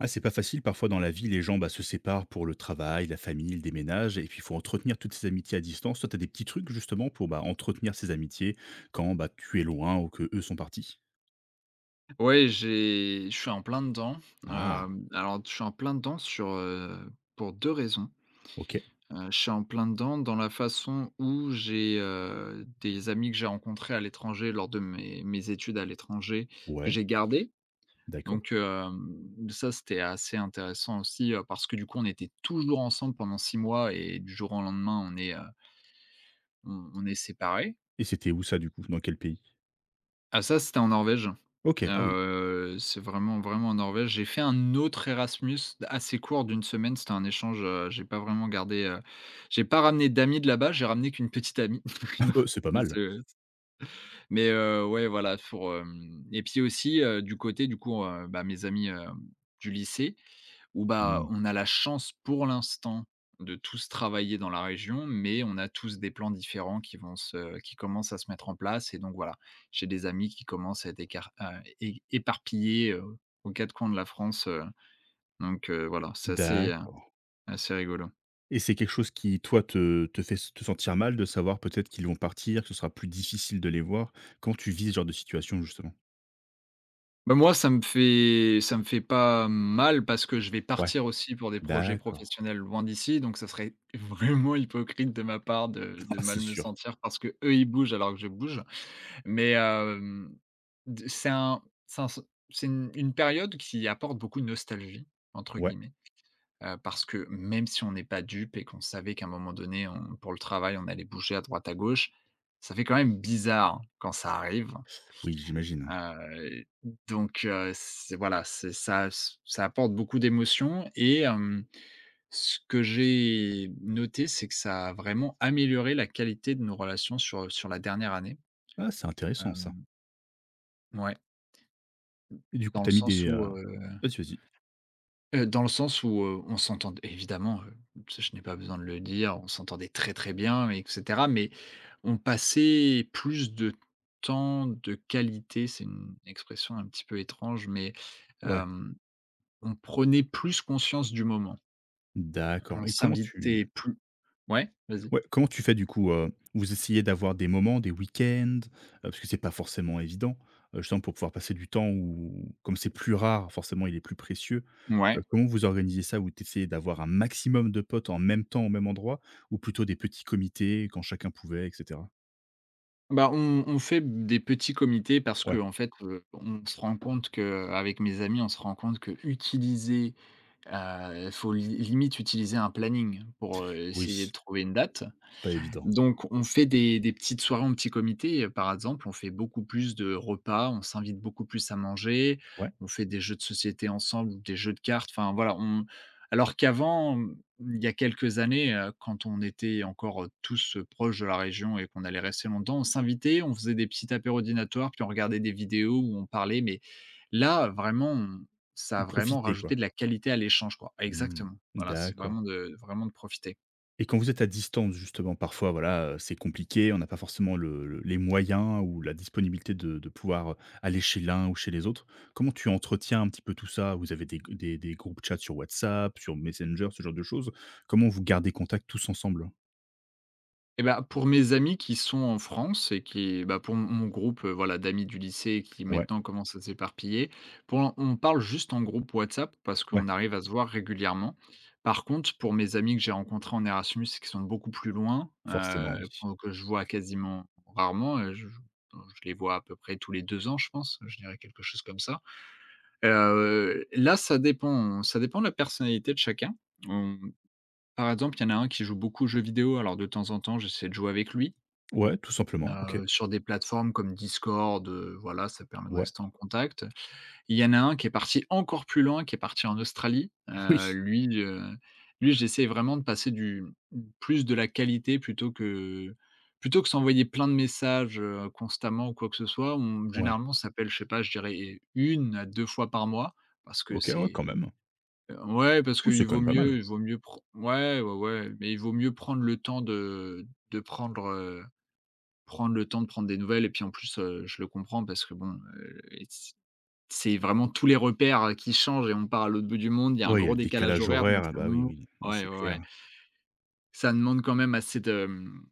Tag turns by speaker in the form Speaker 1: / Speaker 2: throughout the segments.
Speaker 1: Ah, c'est pas facile parfois dans la vie, les gens se séparent pour le travail, la famille, le déménage, et puis il faut entretenir toutes ces amitiés à distance. Toi, tu as des petits trucs justement pour entretenir ces amitiés quand tu es loin ou que eux sont partis.
Speaker 2: Ouais, j'ai je suis en plein dedans.
Speaker 1: Ah,
Speaker 2: Alors je suis en plein dedans pour 2 raisons.
Speaker 1: ok,
Speaker 2: Je suis en plein dedans dans la façon où j'ai, des amis que j'ai rencontrés à l'étranger lors de mes études à l'étranger que
Speaker 1: ouais,
Speaker 2: j'ai gardés.
Speaker 1: d'accord.
Speaker 2: Donc ça c'était assez intéressant aussi, parce que du coup on était toujours ensemble pendant 6 mois et du jour au lendemain on est séparés.
Speaker 1: Et c'était où ça du coup? Dans quel pays?
Speaker 2: Ah ça, c'était en Norvège.
Speaker 1: Ok, ah oui.
Speaker 2: C'est vraiment, vraiment en Norvège. J'ai fait un autre Erasmus assez court d'une semaine, c'était un échange, j'ai pas vraiment gardé, j'ai pas ramené d'amis de là-bas, j'ai ramené qu'une petite amie. Non,
Speaker 1: C'est pas
Speaker 2: mais c'est
Speaker 1: mal.
Speaker 2: mais ouais, voilà, pour, hem et puis aussi, du côté, du coup, bah, mes amis, du lycée. Où bah,
Speaker 1: Hmm.
Speaker 2: on a la chance pour l'instant de tous travailler dans la région, mais on a tous des plans différents qui commencent à se mettre en place et donc voilà. J'ai des amis qui commencent à être écar à é éparpillés, aux 4 coins de la France, donc voilà, c'est assez, heu,
Speaker 1: D'accord.
Speaker 2: assez rigolo.
Speaker 1: Et c'est quelque chose qui, toi, te fait te sentir mal de savoir peut-être qu'ils vont partir, que ce sera plus difficile de les voir quand tu vis ce genre de situation justement?
Speaker 2: Bah, moi, ça me fait pas mal parce que je vais
Speaker 1: Ouais,
Speaker 2: partir aussi pour des projets
Speaker 1: d'accord.
Speaker 2: professionnels loin d'ici, donc ça serait vraiment hypocrite de ma part de de
Speaker 1: Ah,
Speaker 2: mal
Speaker 1: c'est
Speaker 2: me
Speaker 1: sûr.
Speaker 2: sentir parce que eux ils bougent alors que je bouge. Mais hem, d c'est un c'est un c'est une période qui apporte beaucoup de «nostalgie» entre
Speaker 1: Ouais,
Speaker 2: guillemets, parce que même si on n'est pas dupes et qu'on savait qu'à un moment donné, on pour le travail, on allait bouger à droite à gauche, ça fait quand même bizarre quand ça arrive,
Speaker 1: oui, j'imagine.
Speaker 2: heu donc heu, c'est voilà, c'est ça, ça apporte beaucoup d'émotions et ce que j'ai noté, c'est que ça a vraiment amélioré la qualité de nos relations sur la dernière année,
Speaker 1: Ah, c'est intéressant ça.
Speaker 2: hem, ouais.
Speaker 1: Et du coup,
Speaker 2: Dans le
Speaker 1: t'as mis
Speaker 2: sens
Speaker 1: des
Speaker 2: où, heu
Speaker 1: Vas-y, vas-y.
Speaker 2: dans le sens où, on s'entendait évidemment, ça je n'ai pas besoin de le dire, on s'entendait très, très bien et cetera, mais on passait plus de temps de qualité. C'est une expression un petit peu étrange, mais,
Speaker 1: Ouais,
Speaker 2: hem, on prenait plus conscience du moment. On
Speaker 1: d'accord. Et comment
Speaker 2: s'invitait
Speaker 1: tu…
Speaker 2: plus. Ouais, vas-y.
Speaker 1: Ouais, comment tu fais du coup? Vous essayez d'avoir des moments, des week-ends, parce que c'est pas forcément évident, justement pour pouvoir passer du temps? Où comme c'est plus rare, forcément il est plus précieux,
Speaker 2: Ouais.
Speaker 1: comment vous organisez ça? Vous t essayez d'avoir un maximum de potes en même temps, au même endroit, ou plutôt des petits comités quand chacun pouvait, et cetera?
Speaker 2: Bah, on fait des petits comités parce
Speaker 1: Ouais,
Speaker 2: qu'en fait, on se rend compte que avec mes amis, on se rend compte que faut li limite utiliser un planning pour, essayer de
Speaker 1: oui,
Speaker 2: trouver une date.
Speaker 1: pas évident.
Speaker 2: Donc on fait des petites soirées en petit comité, par exemple, on fait beaucoup plus de repas, on s'invite beaucoup plus à manger,
Speaker 1: Ouais,
Speaker 2: on fait des jeux de société ensemble des jeux de cartes, enfin voilà, on alors qu'avant, il y a quelques années, quand on était encore, tous, proches de la région et qu'on allait rester longtemps, on s'invitait, on faisait des petits apéros dînatoires, puis on regardait des vidéos où on parlait, mais là, vraiment, on ça a
Speaker 1: ou
Speaker 2: vraiment
Speaker 1: profiter quoi?
Speaker 2: rajouté de la qualité à l'échange, quoi.
Speaker 1: Mmh,
Speaker 2: Exactement, voilà, c'est vraiment
Speaker 1: d'accord.
Speaker 2: de profiter.
Speaker 1: Et quand vous êtes à distance justement, parfois voilà, c'est compliqué, on n'a pas forcément le les moyens ou la disponibilité de pouvoir aller chez l'un ou chez les autres. Comment tu entretiens un petit peu tout ça? Vous avez des groupes chat sur WhatsApp, sur Messenger, ce genre de choses? Comment vous gardez contact tous ensemble?
Speaker 2: Et ben pour mes amis qui sont en France et qui pour mon groupe, voilà, d'amis du lycée qui
Speaker 1: Ouais,
Speaker 2: maintenant commence à s'éparpiller, pour l'in on parle juste en groupe WhatsApp parce
Speaker 1: ouais,
Speaker 2: qu'on arrive à se voir régulièrement. Par contre, pour mes amis que j'ai rencontrés en Erasmus et qui sont beaucoup plus loin,
Speaker 1: forcément oui.
Speaker 2: qu'on que je vois quasiment rarement, je les vois à peu près tous les 2 ans, je pense, je dirais quelque chose comme ça. Là, ça dépend de la personnalité de chacun. On par exemple, il y en a un qui joue beaucoup aux jeux vidéo, alors de temps en temps, j'essaie de jouer avec lui.
Speaker 1: Ouais, tout simplement, OK.
Speaker 2: Sur des plateformes comme Discord, voilà, ça permet de
Speaker 1: Ouais.
Speaker 2: rester en contact. Il y en a un qui est parti encore plus loin, qui est parti en Australie.
Speaker 1: Ah oui!
Speaker 2: Lui, j'essaie vraiment de passer du plus de la qualité plutôt que s'envoyer plein de messages, constamment ou quoi que ce soit. On
Speaker 1: Ouais.
Speaker 2: généralement, on s'appelle, je sais pas, je dirais une à 2 fois par mois parce que
Speaker 1: OK, ouais, quand
Speaker 2: c'est
Speaker 1: même.
Speaker 2: ouais, parce
Speaker 1: Oui,
Speaker 2: qu'il
Speaker 1: c'est quand
Speaker 2: vaut
Speaker 1: même pas
Speaker 2: mieux
Speaker 1: mal.
Speaker 2: il vaut mieux pr ouais, ouais, ouais, mais il vaut mieux prendre le temps de prendre. Prendre le temps de prendre des nouvelles et puis en plus, je le comprends parce que bon, c c'est vraiment tous les repères, qui changent et on part à l'autre bout du monde, il y a un
Speaker 1: Ouais, il y a
Speaker 2: gros
Speaker 1: le
Speaker 2: décalage
Speaker 1: décalage
Speaker 2: horaire donc
Speaker 1: horaire, ah
Speaker 2: ça
Speaker 1: bah oui,
Speaker 2: demande,
Speaker 1: oui, non,
Speaker 2: ouais,
Speaker 1: c'est
Speaker 2: ouais, ouais,
Speaker 1: clair.
Speaker 2: ça demande quand même assez de, mmh,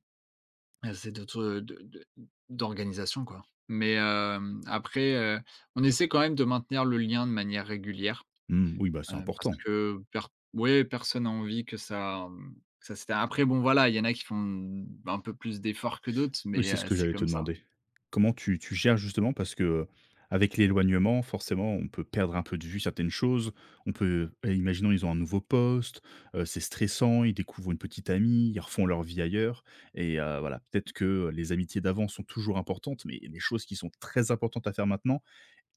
Speaker 2: assez de de de d'organisation quoi. Mais après, on essaie quand même de maintenir le lien de manière régulière,
Speaker 1: Mmh, oui, bah, c'est
Speaker 2: parce
Speaker 1: important.
Speaker 2: que per ouais, personne n'a envie que ça s'éteint. Après bon voilà, il y en a qui font, un peu plus d'efforts que d'autres
Speaker 1: Oui,
Speaker 2: mais
Speaker 1: c'est ce que
Speaker 2: c'est
Speaker 1: j'allais te
Speaker 2: comme ça.
Speaker 1: demander. Comment tu gères justement? Parce que, avec l'éloignement, forcément, on peut perdre un peu de vue certaines choses. On peut, et imaginons, ils ont un nouveau poste, c'est stressant, ils découvrent une petite amie, ils refont leur vie ailleurs et voilà, peut-être que les amitiés d'avant sont toujours importantes, mais il y a des choses qui sont très importantes à faire maintenant.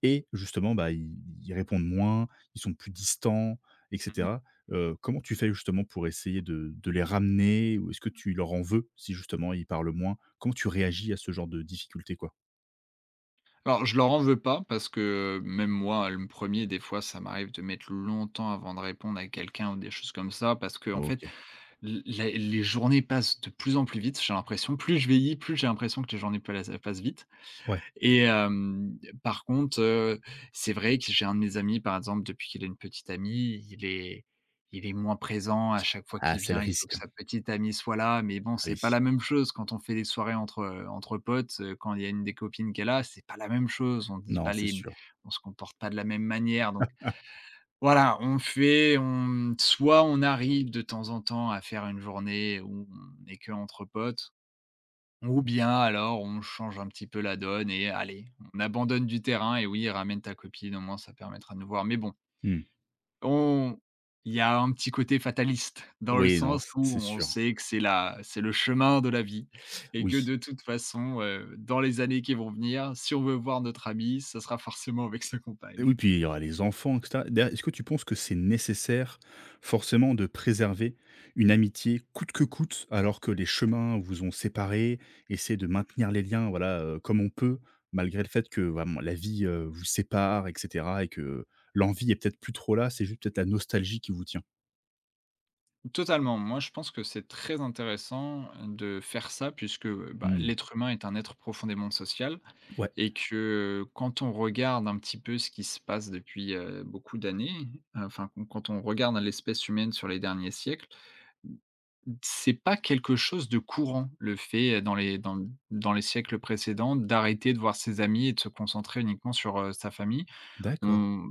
Speaker 1: Et justement, bah, ils répondent moins, ils sont plus distants, et cetera. Comment tu fais justement pour essayer de les ramener, ou est-ce que tu leur en veux si justement ils parlent moins? Comment tu réagis à ce genre de difficulté, quoi?
Speaker 2: Alors, je leur en veux pas parce que même moi, le premier des fois, ça m'arrive de mettre longtemps avant de répondre à quelqu'un ou des choses comme ça parce que en fait,
Speaker 1: OK.
Speaker 2: l la les journées passent de plus en plus vite. J'ai l'impression, plus je vieillis, plus j'ai l'impression que les journées pla passent vite.
Speaker 1: Ouais.
Speaker 2: Et par contre, c'est vrai que j'ai un de mes amis, par exemple, depuis qu'il a une petite amie, il est moins présent. À chaque fois qu'il
Speaker 1: Ah, c'est le
Speaker 2: vient, il faut que
Speaker 1: risque, hein.
Speaker 2: sa petite amie soit là, mais bon, c'est pas
Speaker 1: Oui.
Speaker 2: la même chose quand on fait des soirées entre potes, quand il y a une des copines qui est là, c'est pas la même chose. On dit
Speaker 1: Non,
Speaker 2: pas
Speaker 1: c'est
Speaker 2: les
Speaker 1: sûr.
Speaker 2: on se comporte pas de la même manière, donc voilà, on fait on soit on arrive de temps en temps à faire une journée où on est entre potes ou bien alors on change un petit peu la donne et allez, on abandonne du terrain et oui, ramène ta copine, au moins ça permettra de nous voir. Mais bon,
Speaker 1: Mmh.
Speaker 2: on il y a un petit côté fataliste dans le
Speaker 1: Oui, non,
Speaker 2: sens où
Speaker 1: c'est
Speaker 2: on
Speaker 1: sûr.
Speaker 2: sait que c'est le chemin de la vie et que
Speaker 1: Oui.
Speaker 2: de toute façon, dans les années qui vont venir, si on veut voir notre ami, ça sera forcément avec sa compagne.
Speaker 1: Oui, puis il y aura les enfants, et cetera. D'ailleurs, est-ce que tu penses que c'est nécessaire, forcément, de préserver une amitié coûte que coûte, alors que les chemins vous ont séparés? Essayer de maintenir les liens, voilà, comme on peut, malgré le fait que vraiment la vie, vous sépare, et cetera, et que l'envie est peut-être plus trop là, c'est juste peut-être la nostalgie qui vous tient?
Speaker 2: Totalement, moi je pense que c'est très intéressant de faire ça puisque, bah,
Speaker 1: Mmh.
Speaker 2: l'être humain est un être profondément social
Speaker 1: Ouais,
Speaker 2: Et que, quand on regarde un petit peu ce qui se passe depuis, beaucoup d'années, enfin, q quand on regarde l'espèce humaine sur les derniers siècles, c'est pas quelque chose de courant, le fait, dans les siècles précédents, d'arrêter de voir ses amis et de se concentrer uniquement sur, sa famille.
Speaker 1: d'accord.
Speaker 2: On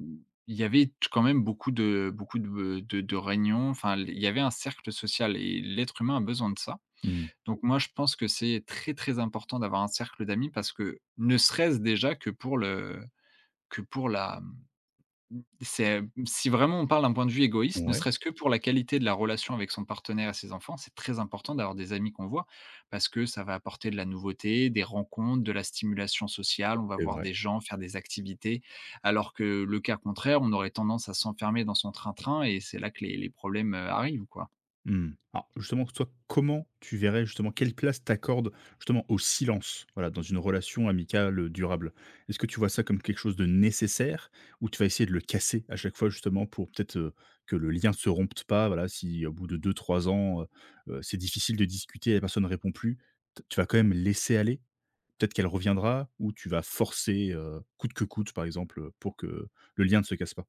Speaker 2: il y avait t quand même beaucoup de réunions, enfin, il y avait un cercle social et l'être humain a besoin de ça.
Speaker 1: Mmh.
Speaker 2: Donc moi, je pense que c'est très, très important d'avoir un cercle d'amis parce que ne serait-ce déjà que pour le que pour la mmh, c'est, si vraiment on parle d'un point de vue égoïste, ne
Speaker 1: Ouais,
Speaker 2: serait-ce que pour la qualité de la relation avec son partenaire et ses enfants, c'est très important d'avoir des amis qu'on voit parce que ça va apporter de la nouveauté, des rencontres, de la stimulation sociale, on va
Speaker 1: c'est
Speaker 2: voir
Speaker 1: vrai.
Speaker 2: des gens, faire des activités. Alors que le cas contraire, on aurait tendance à s'enfermer dans son train-train et c'est là que les problèmes, arrivent, quoi.
Speaker 1: Mmh. Alors justement, toi, comment tu verrais justement quelle place t'accordes justement au silence, voilà, dans une relation amicale, durable? Est-ce que tu vois ça comme quelque chose de nécessaire, ou tu vas essayer de le casser à chaque fois justement pour peut-être, que le lien se rompe pas? Voilà, si au bout de deux trois ans, c'est difficile de discuter, et la personne ne répond plus, t tu vas quand même laisser aller? Peut-être qu'elle reviendra, ou tu vas forcer, coûte que coûte par exemple, pour que le lien ne se casse pas?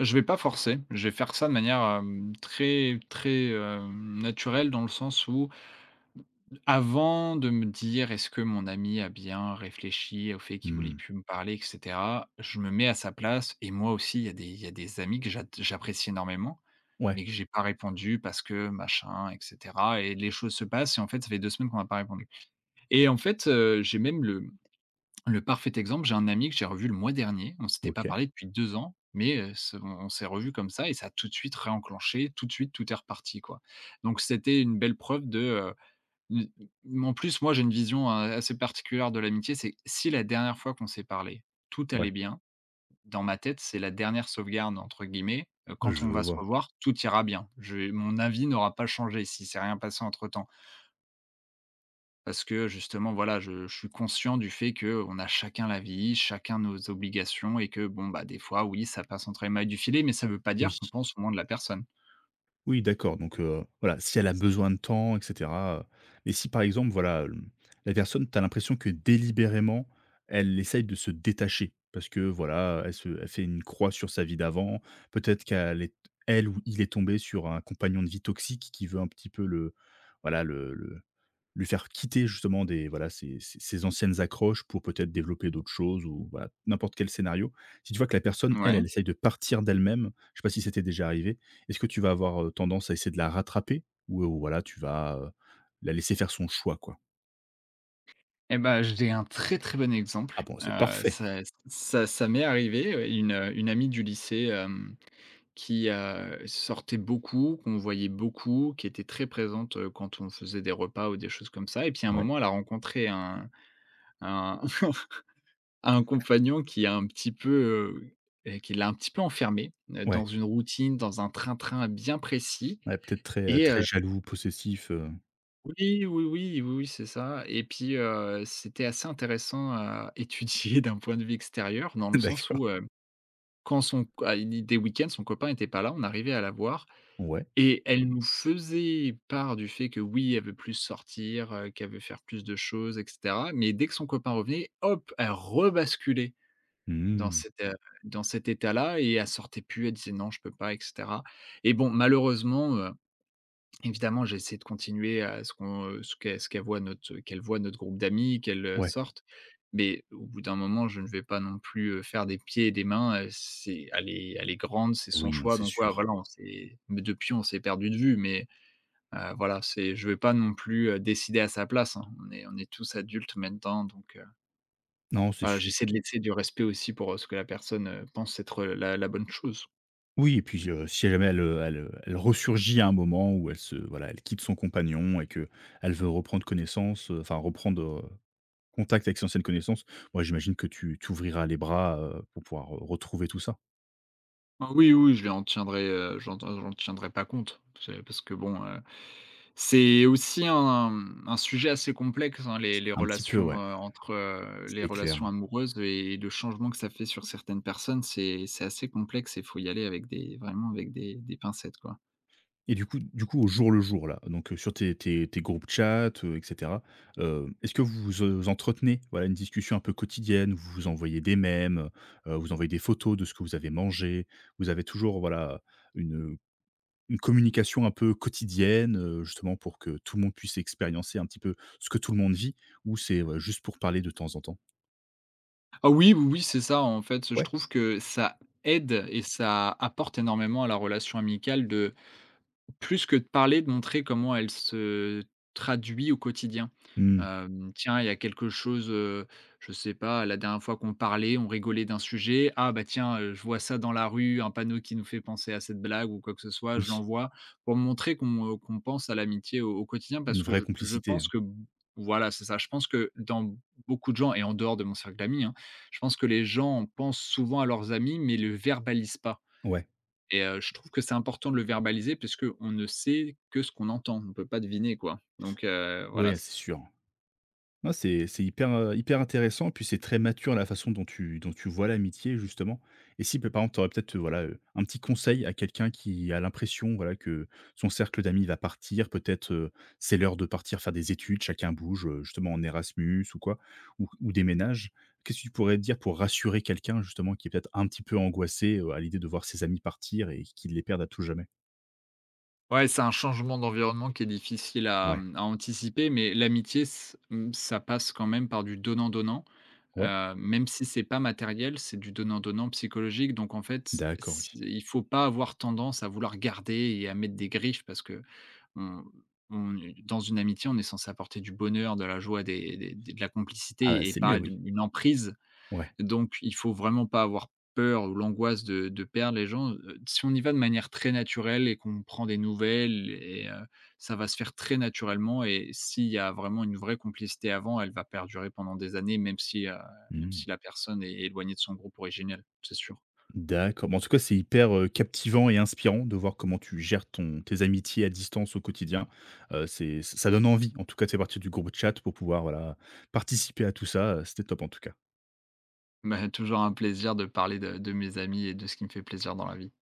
Speaker 2: Je vais pas forcer, je vais faire ça de manière, très très, naturelle dans le sens où, avant de me dire: «Est-ce que mon ami a bien réfléchi au fait qu'il voulait
Speaker 1: Mmh.
Speaker 2: plus me parler?» et cetera, je me mets à sa place et moi aussi, il y a des amis que j'apprécie énormément,
Speaker 1: Ouais,
Speaker 2: mais que j'ai pas répondu parce que machin et cetera et les choses se passent et en fait, ça fait 2 semaines qu'on m'a pas répondu et en fait, j'ai même le parfait exemple, j'ai un ami que j'ai revu le mois dernier. On s'était pas
Speaker 1: OK.
Speaker 2: parlé depuis 2 ans, mais se on s'est revu comme ça et ça a tout de suite réenclenché, tout de suite, tout est reparti, quoi. Donc c'était une belle preuve de, n en plus, moi, j'ai une vision, assez particulière de l'amitié, c'est si la dernière fois qu'on s'est parlé, tout allait
Speaker 1: Ouais,
Speaker 2: bien, dans ma tête, c'est la «dernière sauvegarde» entre guillemets, quand
Speaker 1: je
Speaker 2: on va se
Speaker 1: vois.
Speaker 2: revoir, tout ira bien. Je Mon avis n'aura pas changé si c'est rien passé entre-temps. Parce que justement, voilà, je suis conscient du fait que on a chacun la vie, chacun nos obligations et que bon, bah, des fois, oui, ça passe entre les mailles du filet, mais ça veut pas
Speaker 1: Oui.
Speaker 2: dire qu'on pense au moins de la personne.
Speaker 1: Oui, d'accord, donc voilà, si elle a besoin de temps et cetera, mais si par exemple, voilà, la personne, tu as l'impression que délibérément, elle essaye de se détacher parce que voilà, elle fait une croix sur sa vie d'avant. Peut-être qu'elle est… elle ou il est tombé sur un compagnon de vie toxique qui veut un petit peu le… voilà le lui faire quitter justement des… voilà ses anciennes accroches pour peut-être développer d'autres choses, ou voilà, n'importe quel scénario. Si tu vois que la personne, elle,
Speaker 2: Ouais,
Speaker 1: elle essaye de partir d'elle-même, je sais pas si c'était déjà arrivé, est-ce que tu vas avoir, tendance à essayer de la rattraper, ou voilà, tu vas, la laisser faire son choix, quoi?
Speaker 2: et bah, j'ai un très, très bon exemple,
Speaker 1: Ah bon, c'est parfait.
Speaker 2: ça ça m'est arrivé, une amie du lycée, qui, sortait beaucoup, qu'on voyait beaucoup, qui était très présente, quand on faisait des repas ou des choses comme ça. Et puis à un
Speaker 1: Ouais,
Speaker 2: moment, elle a rencontré un à un compagnon qui a un petit peu, heu qui l'a un petit peu enfermé, dans
Speaker 1: ouais,
Speaker 2: une routine, dans un train-train bien précis.
Speaker 1: ouais, peut-être très,
Speaker 2: et
Speaker 1: très
Speaker 2: heu
Speaker 1: jaloux, possessif,
Speaker 2: oui, oui, oui, oui, oui, c'est ça. Et puis, c'était assez intéressant à étudier d'un point de vue extérieur, dans le sens
Speaker 1: d'accord.
Speaker 2: où, quand son à il des week-ends, son copain était pas là, on arrivait à la voir
Speaker 1: Ouais.
Speaker 2: et elle nous faisait part du fait que oui, elle veut plus sortir, qu'elle veut faire plus de choses et cetera. Mais dès que son copain revenait, hop, elle rebasculait dans
Speaker 1: Mmh.
Speaker 2: dans cet état-là et elle sortait plus, elle disait: «Non, je peux pas» et cetera. Et bon, malheureusement, évidemment, j'ai essayé de continuer à ce ce qu'elle voit notre groupe d'amis, qu'elle,
Speaker 1: Ouais.
Speaker 2: sorte. Mais au bout d'un moment, je ne vais pas non plus, faire des pieds et des mains, c'est elle est grande, c'est son
Speaker 1: Oui, non,
Speaker 2: choix,
Speaker 1: c'est
Speaker 2: donc ouais,
Speaker 1: sûr.
Speaker 2: voilà, on s'est mais depuis, on s'est perdu de vue. Voilà, c'est, je vais pas non plus, décider à sa place, hein. On est tous adultes maintenant, donc
Speaker 1: Non, c'est
Speaker 2: voilà,
Speaker 1: sûr.
Speaker 2: j'essaie de laisser du respect aussi pour, ce que la personne, pense être, la bonne chose.
Speaker 1: Oui et puis, si jamais elle ressurgit à un moment où elle se voilà, elle quitte son compagnon et que elle veut reprendre connaissance, enfin reprendre, contact avec ses anciennes connaissances. Moi j'imagine que tu ouvriras les bras, pour pouvoir, retrouver tout ça?
Speaker 2: Ah oui, oui, je les en tiendrai, j'en tiendrai pas compte. C'est parce que bon, c'est aussi un, mmh, un sujet assez complexe, hein, les
Speaker 1: Un petit peu,
Speaker 2: relations,
Speaker 1: ouais,
Speaker 2: entre, les
Speaker 1: c'est clair.
Speaker 2: relations amoureuses et le changement que ça fait sur certaines personnes, c'est assez complexe et il faut y aller avec des vraiment avec des pincettes, quoi.
Speaker 1: Et du coup, au jour le jour là, donc sur tes groupes chat, et cetera, est-ce que vous, entretenez, voilà, une discussion un peu quotidienne? Vous vous envoyez des mèmes, vous envoyez des photos de ce que vous avez mangé? Vous avez toujours, voilà, une, une communication un peu quotidienne, justement pour que tout le monde puisse expériencer un petit peu ce que tout le monde vit, ou c'est, juste pour parler de temps en temps?
Speaker 2: Ah oui, oui, oui, c'est ça, en fait, je
Speaker 1: Ouais.
Speaker 2: trouve que ça aide et ça apporte énormément à la relation amicale de… Plus que de parler, de montrer comment elle se traduit au quotidien.
Speaker 1: Mmh,
Speaker 2: Hem, tiens, il y a quelque chose, je sais pas, la dernière fois qu'on parlait, on rigolait d'un sujet. Ah bah tiens, je vois ça dans la rue, un panneau qui nous fait penser à cette blague ou quoi que ce soit,
Speaker 1: oui,
Speaker 2: je l'envoie pour montrer qu'on pense à l'amitié au quotidien,
Speaker 1: une
Speaker 2: parce que
Speaker 1: vraie
Speaker 2: je
Speaker 1: complicité,
Speaker 2: pense que… voilà, c'est ça. Je pense que dans beaucoup de gens et en dehors de mon cercle d'amis, hein, je pense que les gens pensent souvent à leurs amis mais le verbalisent pas.
Speaker 1: ouais,
Speaker 2: Et je trouve que c'est important de le verbaliser parce que on ne sait que ce qu'on entend. On ne peut pas deviner, quoi. Donc voilà
Speaker 1: ouais,
Speaker 2: c
Speaker 1: c'est sûr. Non, c'est hyper, hyper intéressant, puis c'est très mature la façon dont tu vois l'amitié justement. Et si, par exemple, tu aurais peut-être, voilà, un petit conseil à quelqu'un qui a l'impression, voilà, que son cercle d'amis va partir, peut-être, c'est l'heure de partir faire des études, chacun bouge, justement en Erasmus ou quoi, ou déménage. Qu'est-ce que tu pourrais dire pour rassurer quelqu'un justement qui est peut-être un petit peu angoissé, à l'idée de voir ses amis partir et qu'il les perde à tout jamais?
Speaker 2: ouais, c'est un changement d'environnement qui est difficile à,
Speaker 1: Ouais,
Speaker 2: mmh, à anticiper, mais l'amitié s mmh, ça passe quand même par du donnant-donnant.
Speaker 1: ouais.
Speaker 2: Même si c'est pas matériel, c'est du donnant-donnant psychologique. Donc en fait,
Speaker 1: D'accord,
Speaker 2: s
Speaker 1: oui.
Speaker 2: il faut pas avoir tendance à vouloir garder et à mettre des griffes, parce que on est dans une amitié, on est censé apporter du bonheur, de la joie, des de la
Speaker 1: Ah, bah,
Speaker 2: complicité et
Speaker 1: c'est mieux.
Speaker 2: pas d
Speaker 1: Oui,
Speaker 2: une emprise.
Speaker 1: ouais.
Speaker 2: Donc il faut vraiment pas avoir peur ou l'angoisse de perdre les gens, si on y va de manière très naturelle et qu'on prend des nouvelles. Et ça va se faire très naturellement et s'il y a vraiment une vraie complicité avant, elle va perdurer pendant des années, même
Speaker 1: Mmh.
Speaker 2: si la personne est éloignée de son groupe originel, c'est sûr.
Speaker 1: D'accord. Bon, en tout cas, c'est hyper, captivant et inspirant de voir comment tu gères ton tes amitiés à distance au quotidien. C'est… ça donne envie, en tout cas, de faire partie du groupe chat pour pouvoir, voilà, participer à tout ça. C'était top en tout cas.
Speaker 2: Mais toujours un plaisir de parler de mes amis et de ce qui me fait plaisir dans la vie.